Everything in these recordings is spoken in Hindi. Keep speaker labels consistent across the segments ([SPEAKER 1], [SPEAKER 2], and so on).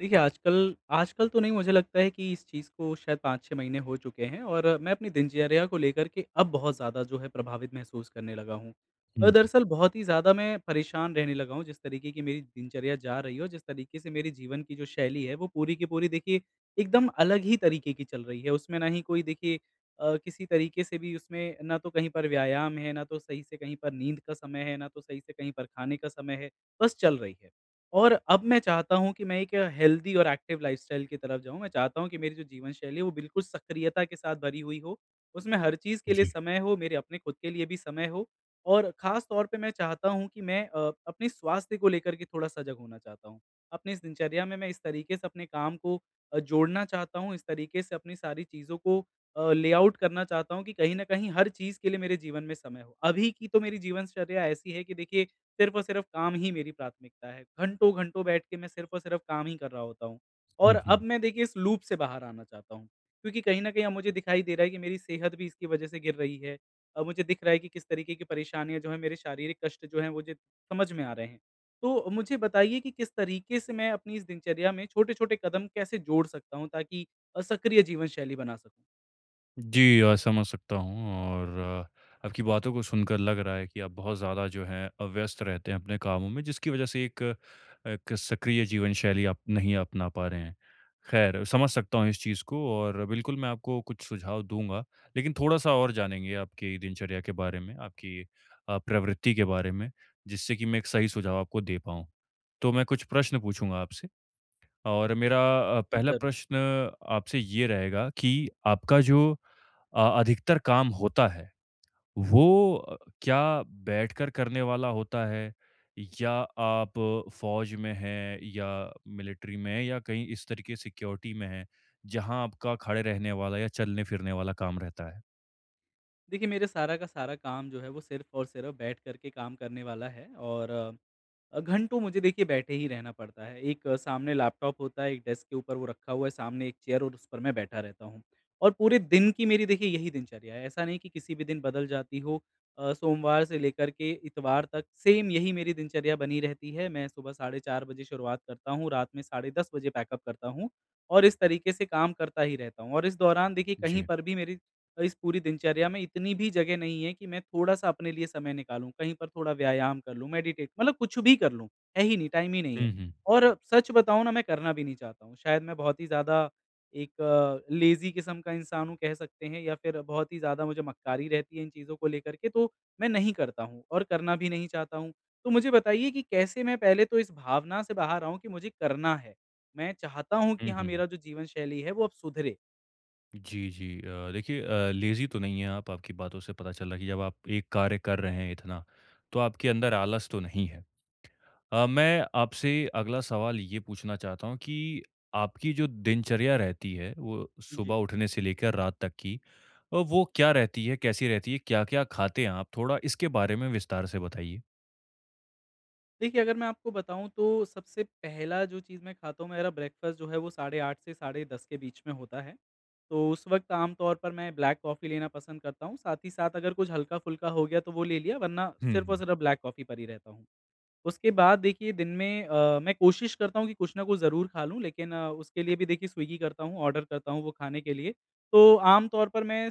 [SPEAKER 1] देखिए, आजकल आजकल तो नहीं मुझे लगता है कि इस चीज़ को शायद 5-6 महीने हो चुके हैं और मैं अपनी दिनचर्या को लेकर के अब बहुत ज़्यादा जो है प्रभावित महसूस करने लगा हूँ। और
[SPEAKER 2] हुँ,
[SPEAKER 1] दरअसल बहुत ही ज़्यादा मैं परेशान रहने लगा हूँ, जिस तरीके की मेरी दिनचर्या जा रही है और जिस तरीके से मेरे जीवन की जो शैली है वो पूरी की पूरी, देखिए, एकदम अलग ही तरीके की चल रही है। उसमें ना ही कोई, देखिए, किसी तरीके से भी उसमें ना तो कहीं पर व्यायाम है, ना तो सही से कहीं पर नींद का समय है, ना तो सही से कहीं पर खाने का समय है, बस चल रही है। और अब मैं चाहता हूँ कि मैं एक हेल्दी और एक्टिव लाइफ़स्टाइल की तरफ जाऊँ। मैं चाहता हूँ कि मेरी जो जीवन शैली है, वो बिल्कुल सक्रियता के साथ भरी हुई हो। उसमें हर चीज़ के लिए
[SPEAKER 2] जी।
[SPEAKER 1] समय हो, मेरे अपने खुद के लिए भी समय हो और ख़ास तौर पे मैं चाहता हूँ कि मैं अपने स्वास्थ्य को लेकर के थोड़ा सजग होना चाहता हूँ। अपनी इस दिनचर्या में मैं इस तरीके से अपने काम को जोड़ना चाहता हूँ, इस तरीके से अपनी सारी चीज़ों को लेआउट करना चाहता हूँ कि कहीं न कहीं हर चीज़ के लिए मेरे जीवन में समय हो। अभी की तो मेरी जीवनचर्या ऐसी है कि, देखिए, सिर्फ़ और सिर्फ़ काम ही मेरी प्राथमिकता है। घंटों-घंटों बैठ के मैं सिर्फ़ और सिर्फ़ काम ही कर रहा होता हूँ। और
[SPEAKER 2] हुँ,
[SPEAKER 1] अब
[SPEAKER 2] हुँ।
[SPEAKER 1] मैं, देखिए, इस लूप से बाहर आना चाहता हूँ, क्योंकि कहीं न कहीं अब मुझे दिखाई दे रहा है कि मेरी सेहत भी इसकी वजह से गिर रही है। अब मुझे दिख रहा है कि किस तरीके की परेशानियाँ जो हैं, मेरे शारीरिक कष्ट जो हैं, मुझे समझ में आ रहे हैं। तो मुझे बताइए कि किस तरीके से मैं अपनी इस दिनचर्या में छोटे-छोटे कदम कैसे जोड़ सकता हूँ ताकि सक्रिय जीवन शैली बना सकूँ?
[SPEAKER 2] जी, समझ सकता हूँ और आपकी बातों को सुनकर लग रहा है कि आप बहुत ज़्यादा जो है व्यस्त रहते हैं अपने कामों में जिसकी वज़ह से एक एक सक्रिय जीवन शैली आप नहीं अपना पा रहे हैं। ख़ैर समझ सकता हूँ इस चीज़ को और बिल्कुल मैं आपको कुछ सुझाव दूँगा, लेकिन थोड़ा-सा और जानेंगे आपकी दिनचर्या के बारे में, आपकी प्रवृत्ति के बारे में जिससे कि मैं एक सही सुझाव आपको दे पाऊँ। तो मैं कुछ प्रश्न पूछूँगा आपसे और मेरा पहला
[SPEAKER 1] ज़रूर।
[SPEAKER 2] प्रश्न आपसे ये रहेगा कि आपका जो अधिकतर काम होता है, वो क्या बैठकर करने वाला होता है? या आप फ़ौज में हैं या मिलिट्री में हैं या कहीं इस तरीके सिक्योरिटी में हैं, जहाँ आपका खड़े रहने वाला या चलने-फिरने वाला काम रहता है?
[SPEAKER 1] देखिए, मेरा सारा का सारा काम जो है वो सिर्फ़ और सिर्फ़ बैठ कर के काम करने वाला है और घंटों मुझे, देखिए, बैठे ही रहना पड़ता है। एक सामने लैपटॉप होता है, एक डेस्क के ऊपर वो रखा हुआ है, सामने एक चेयर और उस पर मैं बैठा रहता हूँ। और पूरे दिन की मेरी, देखिए, यही दिनचर्या है, ऐसा नहीं कि किसी भी दिन बदल जाती हो। सोमवार से लेकर के इतवार तक सेम यही मेरी दिनचर्या बनी रहती है। मैं सुबह साढ़े 4 बजे शुरुआत करता हूँ, रात में साढ़े 10 बजे पैकअप करता हूँ और इस तरीके से काम करता ही रहता हूँ। और इस दौरान, देखिए, कहीं
[SPEAKER 2] जी।
[SPEAKER 1] पर भी मेरी इस पूरी दिनचर्या में इतनी भी जगह नहीं है कि मैं थोड़ा-सा अपने लिए समय निकालूँ, कहीं पर थोड़ा व्यायाम कर लूँ, मेडिटेट मतलब कुछ भी कर लूँ, है ही नहीं, टाइम ही नहीं है।
[SPEAKER 2] हुँ, हुँ।
[SPEAKER 1] और सच बताऊँ ना, मैं करना भी नहीं चाहता हूँ, शायद मैं बहुत ही ज़्यादा एक लेज़ी किस्म का इंसान हूँ कह सकते हैं या फिर बहुत ही ज़्यादा मुझे मक्कारी रहती है इन चीज़ों को लेकर के, तो मैं नहीं करता हूँ और करना भी नहीं चाहता हूँ। तो मुझे बताइए कि कैसे मैं पहले तो इस भावना से बाहर आऊँ कि मुझे करना है? मैं चाहता हूँ कि
[SPEAKER 2] हुँ,
[SPEAKER 1] हाँ,
[SPEAKER 2] हुँ, हुँ।
[SPEAKER 1] मेरा जो जीवन शैली है वो अब सुधरे।
[SPEAKER 2] जी, जी। देखिए लेज़ी तो नहीं हैं आप, आपकी बातों से पता चल रहा है कि जब आप एक कार्य कर रहे हैं इतना, तो आपके अंदर आलस तो नहीं है। मैं आपसे अगला सवाल ये पूछना चाहता हूँ कि आपकी जो दिनचर्या रहती है, वो सुबह
[SPEAKER 1] जी।
[SPEAKER 2] उठने से लेकर रात तक की वो क्या रहती है? कैसी रहती है? क्या-क्या खाते हैं आप? थोड़ा इसके बारे में विस्तार से बताइए।
[SPEAKER 1] देखिए, अगर मैं आपको बताऊँ तो सबसे पहला जो चीज़ मैं खाता हूँ, मेरा ब्रेकफ़ास्ट जो है वो साढ़े 8 से साढ़े 10 के बीच में होता है। तो उस वक़्त आम तौर पर मैं ब्लैक कॉफ़ी लेना पसंद करता हूँ, साथ ही साथ अगर कुछ हल्का-फुल्का हो गया तो वो ले लिया वरना
[SPEAKER 2] हुँ,
[SPEAKER 1] सिर्फ़ और
[SPEAKER 2] हुँ।
[SPEAKER 1] सिर्फ़ ब्लैक कॉफ़ी पर ही रहता हूँ। उसके बाद, देखिए, दिन में मैं कोशिश करता हूँ कि कुछ ना कुछ ज़रूर खा लूँ, लेकिन उसके लिए भी, देखिए, स्विगी करता हूँ, ऑर्डर करता हूँ वो खाने के लिए। तो आम तौर पर मैं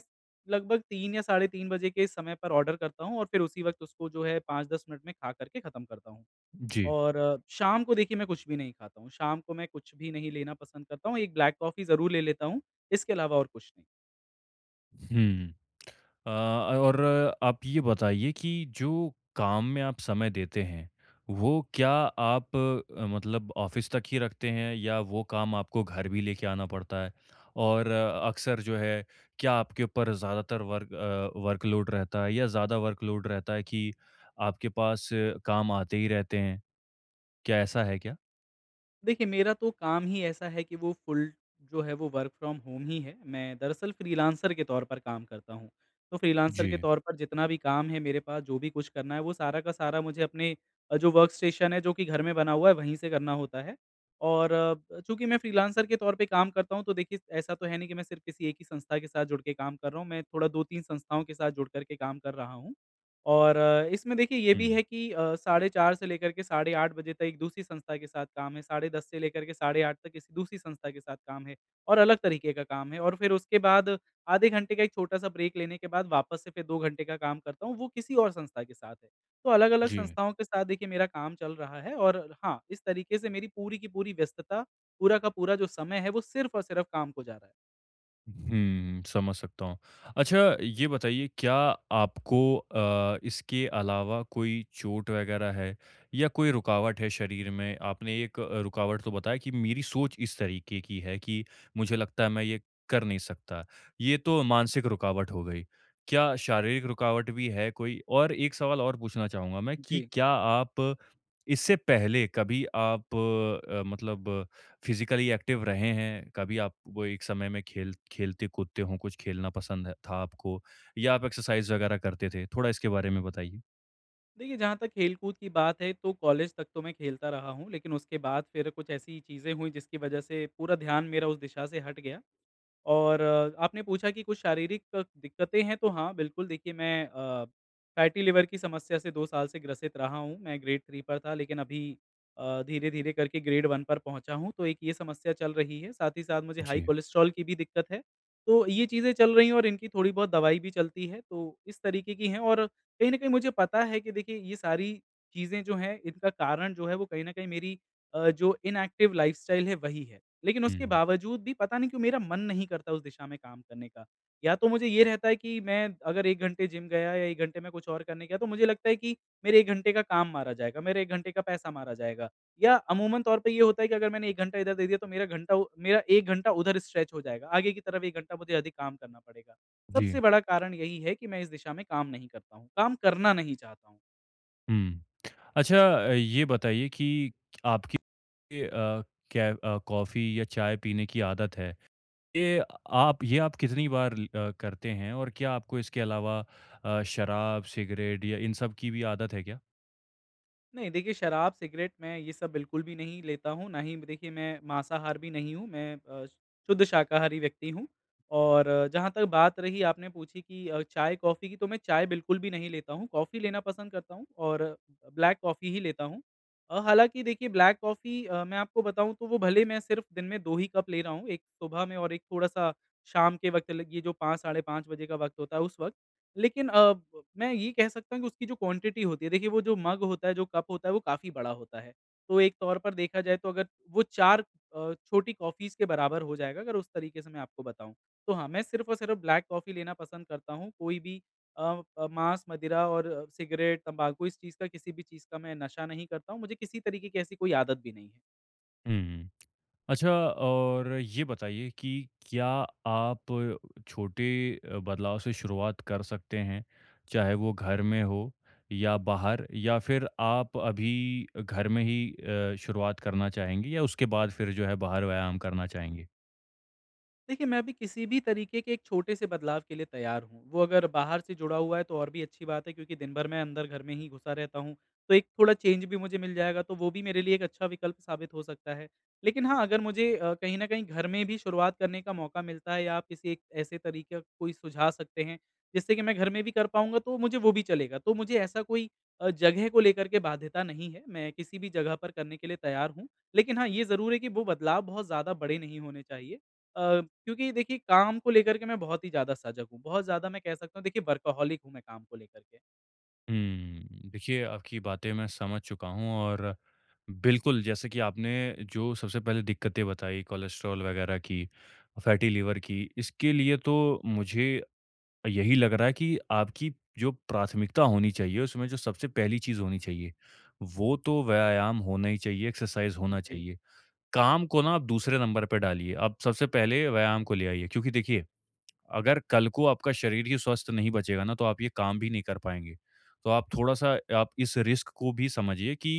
[SPEAKER 1] लगभग 3 या साढ़े 3 बजे के समय पर ऑर्डर करता हूँ और फिर उसी वक़्त उसको जो है 5-10 मिनट में खा कर के ख़त्म करता हूँ।
[SPEAKER 2] जी।
[SPEAKER 1] और शाम को, देखिए, मैं कुछ भी नहीं खाता हूँ। शाम को मैं कुछ भी नहीं लेना पसंद करता हूँ, एक ब्लैक कॉफ़ी ज़रूर ले लेता हूँ, इसके अलावा और कुछ नहीं।
[SPEAKER 2] हुँ। और आप ये बताइए कि जो काम में आप समय देते हैं, वो क्या आप मतलब ऑफ़िस तक ही रखते हैं या वो काम आपको घर भी लेके आना पड़ता है? और अक्सर जो है, क्या आपके ऊपर ज़्यादातर वर्कलोड रहता है या ज़्यादा वर्कलोड रहता है कि आपके पास काम आते ही रहते हैं? क्या ऐसा है क्या?
[SPEAKER 1] देखिए, मेरा तो काम ही ऐसा है कि वो फुल जो है वो वर्क फ्रॉम होम ही है। मैं दरअसल फ्रीलांसर के तौर पर काम करता हूँ। तो फ्रीलांसर
[SPEAKER 2] जी।
[SPEAKER 1] के तौर पर जितना भी काम है मेरे पास, जो भी कुछ करना है, वो सारा का सारा मुझे अपने जो वर्कस्टेशन है, जो कि घर में बना हुआ है, वहीं से करना होता है। और चूँकि मैं फ्रीलांसर के तौर पे काम करता हूँ, तो, देखिए, ऐसा तो है नहीं कि मैं सिर्फ़ किसी एक ही संस्था के साथ जुड़ के काम कर रहा हूँ। मैं थोड़ा 2-3 संस्थाओं के साथ जुड़ कर के काम कर रहा हूँ। और इसमें, देखिए, ये भी है
[SPEAKER 2] हुँ।
[SPEAKER 1] कि साढ़े 4 से लेकर के साढ़े 8 बजे तक एक दूसरी संस्था के साथ काम है, साढ़े 10 से लेकर के साढ़े 8 तक किसी दूसरी संस्था के साथ काम है और अलग तरीके का काम है और फिर उसके बाद आधे घंटे का एक छोटा-सा ब्रेक लेने के बाद वापस से फिर 2 घंटे का काम करता हूँ, वो किसी और संस्था के साथ है। तो अलग-अलग
[SPEAKER 2] जी।
[SPEAKER 1] संस्थाओं के साथ, देखिए, मेरा काम चल रहा है और हाँ, इस तरीके से मेरी पूरी की पूरी व्यस्तता, पूरा का पूरा जो समय है, वो सिर्फ़ और सिर्फ़ काम को जा रहा है।
[SPEAKER 2] हुँ, समझ सकता हूँ। अच्छा ये बताइए क्या आपको इसके अलावा कोई चोट वग़ैरह है या कोई रुकावट है शरीर में? आपने एक रुकावट तो बताया कि मेरी सोच इस तरीके की है कि मुझे लगता है मैं ये कर नहीं सकता। ये तो मानसिक रुकावट हो गई। क्या शारीरिक रुकावट भी है कोई? और एक सवाल और पूछना चाहूँगा मैं कि
[SPEAKER 1] जी।
[SPEAKER 2] क्या आप इससे पहले कभी मतलब फिजिकली एक्टिव रहे हैं, कभी आप वो एक समय में खेल खेलते-कूदते हों, कुछ खेलना पसंद है था आपको या आप एक्सरसाइज़ वगैरह करते थे? थोड़ा इसके बारे में बताइए।
[SPEAKER 1] देखिए, जहाँ तक खेल-कूद की बात है तो कॉलेज तक तो मैं खेलता रहा हूँ, लेकिन उसके बाद फिर कुछ ऐसी चीज़ें हुईं जिसकी वजह से पूरा ध्यान मेरा उस दिशा से हट गया। और आपने पूछा कि कुछ शारीरिक दिक्कतें हैं, तो हाँ, बिल्कुल, देखिए, मैं फैटी लिवर की समस्या से 2 साल से ग्रसित रहा हूँ। मैं ग्रेड 3 पर था, लेकिन अभी धीरे-धीरे करके ग्रेड 1 पर पहुँचा हूँ, तो एक ये समस्या चल रही है। साथ ही साथ मुझे हाई
[SPEAKER 2] जी।
[SPEAKER 1] कोलेस्ट्रॉल की भी दिक्कत है। तो ये चीज़ें चल रही हैं और इनकी थोड़ी बहुत दवाई भी चलती है, तो इस तरीके की हैं और कहीं न कहीं मुझे पता है कि, देखिए, ये सारी चीज़ें जो हैं, इनका कारण जो है वो कहीं न कहीं मेरी जो इनएक्टिव लाइफ़स्टाइल है, वही है। लेकिन उसके
[SPEAKER 2] हुँ।
[SPEAKER 1] बावजूद भी पता नहीं क्यों मेरा मन नहीं करता उस दिशा में काम करने का। या तो मुझे ये रहता है कि मैं अगर 1 घंटे जिम गया या 1 घंटे मैं कुछ और करने गया तो मुझे लगता है कि मेरे 1 घंटे का काम मारा जाएगा, मेरे 1 घंटे का पैसा मारा जाएगा। या अमूमन तौर पे ये होता है कि अगर मैंने 1 घंटा इधर दे दिया तो मेरा 1 घंटा उधर स्ट्रेच हो जाएगा। आगे की तरफ 1 घंटा मुझे अधिक काम करना पड़ेगा।
[SPEAKER 2] जी।
[SPEAKER 1] सबसे बड़ा कारण यही है कि मैं इस दिशा में काम नहीं करता हूँ, काम करना नहीं चाहता हूँ।
[SPEAKER 2] हुँ। अच्छा ये बताइए कि आपकी अ, क्या कॉफ़ी या चाय पीने की आदत है, ये ये आप कितनी बार करते हैं और क्या आपको इसके अलावा शराब, सिगरेट या इन सब की भी आदत है क्या?
[SPEAKER 1] नहीं, देखिए, शराब, सिगरेट मैं ये सब बिल्कुल भी नहीं लेता हूँ, ना ही, देखिए, मैं मांसाहार भी नहीं हूँ, मैं शुद्ध शाकाहारी व्यक्ति हूँ। और जहाँ तक बात रही आपने पूछी कि चाय, कॉफ़ी की, तो मैं चाय बिल्कुल भी नहीं लेता हूँ, कॉफ़ी लेना पसंद करता हूँ और ब्लैक कॉफ़ी ही लेता हूँ। हालाँकि, देखिए, ब्लैक कॉफ़ी, मैं आपको बताऊँ तो वो भले मैं सिर्फ़ दिन में 2 ही कप ले रहा हूँ, एक सुबह में और एक थोड़ा-सा शाम के वक़्त ल ये जो 5 साढ़े 5 बजे का वक़्त होता है उस वक़्त। लेकिन ब मैं ये कह सकता हूँ कि उसकी जो क्वांटिटी होती है, देखिए, वो जो मग होता है, जो कप होता है, वो काफ़ी बड़ा होता है। तो एक तौर पर देखा जाए तो अगर वो 4 छोटी कॉफ़ीज़ के बराबर हो जाएगा, अगर उस तरीके से मैं आपको बताऊँ। तो हाँ, मैं सिर्फ़ और सिर्फ़ ब्लैक कॉफ़ी लेना पसंद करता हूँ। कोई भी अ माँस, मदिरा और सिगरेट, तम्बाकू इस चीज़ का, किसी भी चीज़ का मैं नशा नहीं करता हूँ। मुझे किसी तरीके की ऐसी कोई आदत भी नहीं है।
[SPEAKER 2] हुँ। अच्छा और ये बताइए कि क्या आप छोटे बदलाव से शुरुआत कर सकते हैं? चाहे वो घर में हो या बाहर या फिर आप अभी घर में ही शुरुआत करना चाहेंगे या उसके बाद फिर जो है बाहर व्यायाम करना चाहेंगे?
[SPEAKER 1] देखिए, मैं अभी किसी भी तरीके के एक छोटे से बदलाव के लिए तैयार हूँ। वो अगर बाहर से जुड़ा हुआ है तो और भी अच्छी बात है क्योंकि दिन भर मैं अंदर घर में ही घुसा रहता हूँ। तो एक थोड़ा चेंज भी मुझे मिल जाएगा तो वो भी मेरे लिए एक अच्छा विकल्प साबित हो सकता है। लेकिन हाँ, अगर मुझे कहीं न कहीं घर में भी शुरुआत करने का मौका मिलता है या आप किसी एक ऐसे तरीके का कोई सुझा सकते हैं, जिससे कि मैं घर में भी कर पाऊँगा तो मुझे वो भी चलेगा। तो मुझे ऐसा कोई जगह को लेकर के बाध्यता नहीं है। मैं किसी भी जगह पर करने के लिए तैयार हूँ। लेकिन हाँ, ये ज़रूर है कि वो बदलाव बहुत ज़्यादा बड़े नहीं होने चाहिए। क्योंकि, देखिए, काम को लेकर के मैं बहुत ही ज़्यादा सजग हूँ, बहुत ज़्यादा मैं कह सकता हूँ, देखिए, वर्कहॉलिक हूँ मैं काम को लेकर के।
[SPEAKER 2] हुँ, देखिए आपकी बातें मैं समझ चुका हूँ और बिल्कुल, जैसे कि आपने जो सबसे पहले दिक्कतें बताई कोलेस्ट्रॉल वगैरह की, फैटी लिवर की, इसके लिए तो मुझे यही लग रहा है कि आपकी जो प्राथमिकता होनी चाहिए, उसमें जो सबसे पहली चीज़ होनी चाहिए, वो तो व्यायाम होना ही चाहिए, एक्सरसाइज़ होना
[SPEAKER 1] जी,
[SPEAKER 2] चाहिए। काम को ना आप दूसरे नंबर पे डालिए, आप सबसे पहले व्यायाम को ले आइए क्योंकि देखिए अगर कल को आपका शरीर ही स्वस्थ नहीं बचेगा ना, तो आप ये काम भी नहीं कर पाएँगे। तो आप थोड़ा-सा आप इस रिस्क को भी समझिए कि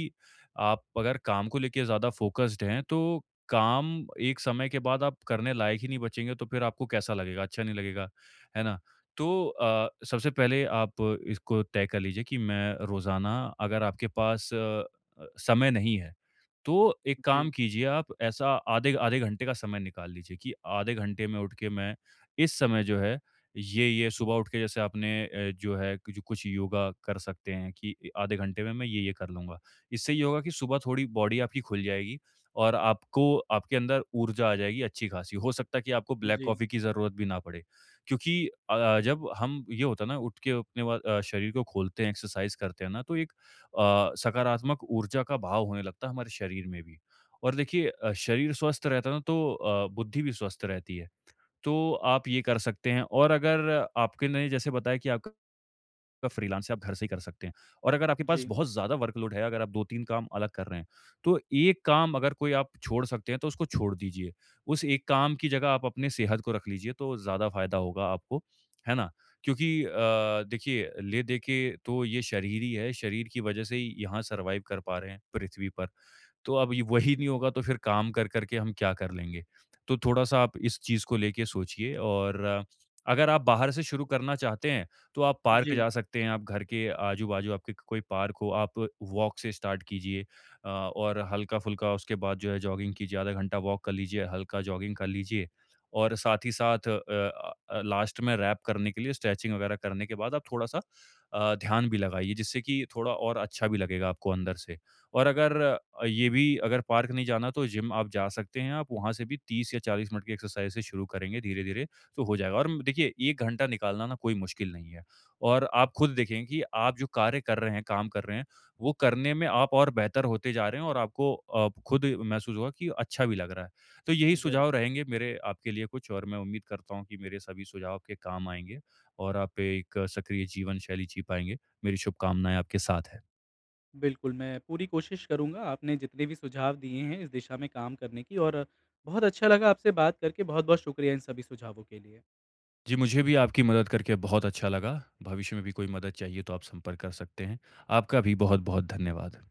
[SPEAKER 2] आप अगर काम को लेके ज़्यादा फ़ोकस्ड हैं, तो काम एक समय के बाद आप करने लायक ही नहीं बचेंगे, तो फिर आपको कैसा लगेगा? अच्छा नहीं लगेगा, है ना? तो सबसे पहले आप इसको तय कर लीजिए कि मैं रोज़ाना अगर आपके पास समय नहीं है, तो एक काम
[SPEAKER 1] जी,
[SPEAKER 2] कीजिए आप ऐसा आधे आधे घंटे का समय निकाल लीजिए कि आधे घंटे में उठ के मैं इस समय जो है ये सुबह उठ के जैसे आपने जो है कुछ कुछ योगा कर सकते हैं कि आधे घंटे में मैं ये कर लूँगा। इससे ये होगा कि सुबह थोड़ी बॉडी आपकी खुल जाएगी और आपको आपके अंदर ऊर्जा आ जाएगी अच्छी-खासी। हो सकता है कि आपको ब्लैक
[SPEAKER 1] जी,
[SPEAKER 2] कॉफ़ी की ज़रूरत भी ना पड़े क्योंकि जब हम ये होता है ना उठ के अपने शरीर को खोलते हैं, एक्सरसाइज़ करते हैं ना तो एक सकारात्मक ऊर्जा का भाव होने लगता है हमारे शरीर में भी। और देखिए शरीर स्वस्थ रहता है ना तो बुद्धि भी स्वस्थ रहती है। तो आप ये कर सकते हैं और अगर आपके ने जैसे बताया कि आपका फ्रीलांस है, आप घर से ही कर सकते हैं और अगर आपके पास
[SPEAKER 1] जी,
[SPEAKER 2] बहुत ज़्यादा वर्कलोड है, अगर आप 2-3 काम अलग कर रहे हैं, तो एक काम अगर कोई आप छोड़ सकते हैं, तो उसको छोड़ दीजिए। उस एक काम की जगह आप अपने सेहत को रख लीजिए, तो ज़्यादा फ़ायदा होगा आपको, है ना? क्योंकि देखिए, ले-दे के तो ये शरीर ही है, शरीर की वजह से ही यहाँ सर्वाइव कर पा रहे हैं पृथ्वी पर। तो अब ये वही नहीं होगा तो फिर काम कर कर के हम क्या कर लेंगे? तो थोड़ा-सा आप इस चीज़ को लेके सोचिए और अगर आप बाहर से शुरू करना चाहते हैं, तो आप पार्क
[SPEAKER 1] जी,
[SPEAKER 2] जा सकते हैं, आप घर के आजू-बाजू आपके कोई पार्क हो, आप वॉक से स्टार्ट कीजिए और हल्का-फुल्का उसके बाद जो है जॉगिंग कीजिए, आधा घंटा वॉक कर लीजिए, हल्का जॉगिंग कर लीजिए और साथ ही साथ लास्ट में रैप करने के लिए स्ट्रेचिंग वगैरह करने के बाद आप थोड़ा-सा ध्यान भी लगाइए जिससे कि थोड़ा और अच्छा भी लगेगा आपको अंदर से। और अगर ये भी अगर पार्क नहीं जाना तो जिम आप जा सकते हैं, आप वहाँ से भी 30 या 40 मिनट की एक्सरसाइज़ से शुरू करेंगे धीरे-धीरे तो हो जाएगा और म देखिए 1 घंटा निकालना ना कोई मुश्किल नहीं है और आप खुद देखें कि आप जो कार्य कर रहे हैं, काम कर रहे हैं, वो करने में आप और बेहतर होते जा रहे हैं और आपको खुद महसूस होगा कि अच्छा भी लग रहा है। तो यही
[SPEAKER 1] ज़रूर।
[SPEAKER 2] सुझाव रहेंगे मेरे आपके लिए कुछ और मैं उम्मीद करता हूँ कि मेरे सभी सुझाव आपके काम आएँगे और आप एक सक्रिय जीवन शैली जी पाएँगे। मेरी शुभकामनाएँ आपके साथ है।
[SPEAKER 1] बिल्कुल, मैं पूरी कोशिश करूँगा आपने जितने भी सुझाव दिए हैं इस दिशा में काम करने की और बहुत अच्छा लगा आपसे बात करके, बहुत-बहुत शुक्रिया इन सभी सुझावों के लिए।
[SPEAKER 2] जी, मुझे भी आपकी मदद करके बहुत अच्छा लगा। भविष्य में भी कोई मदद चाहिए तो आप संपर्क कर सकते हैं। आपका भी बहुत-बहुत धन्यवाद।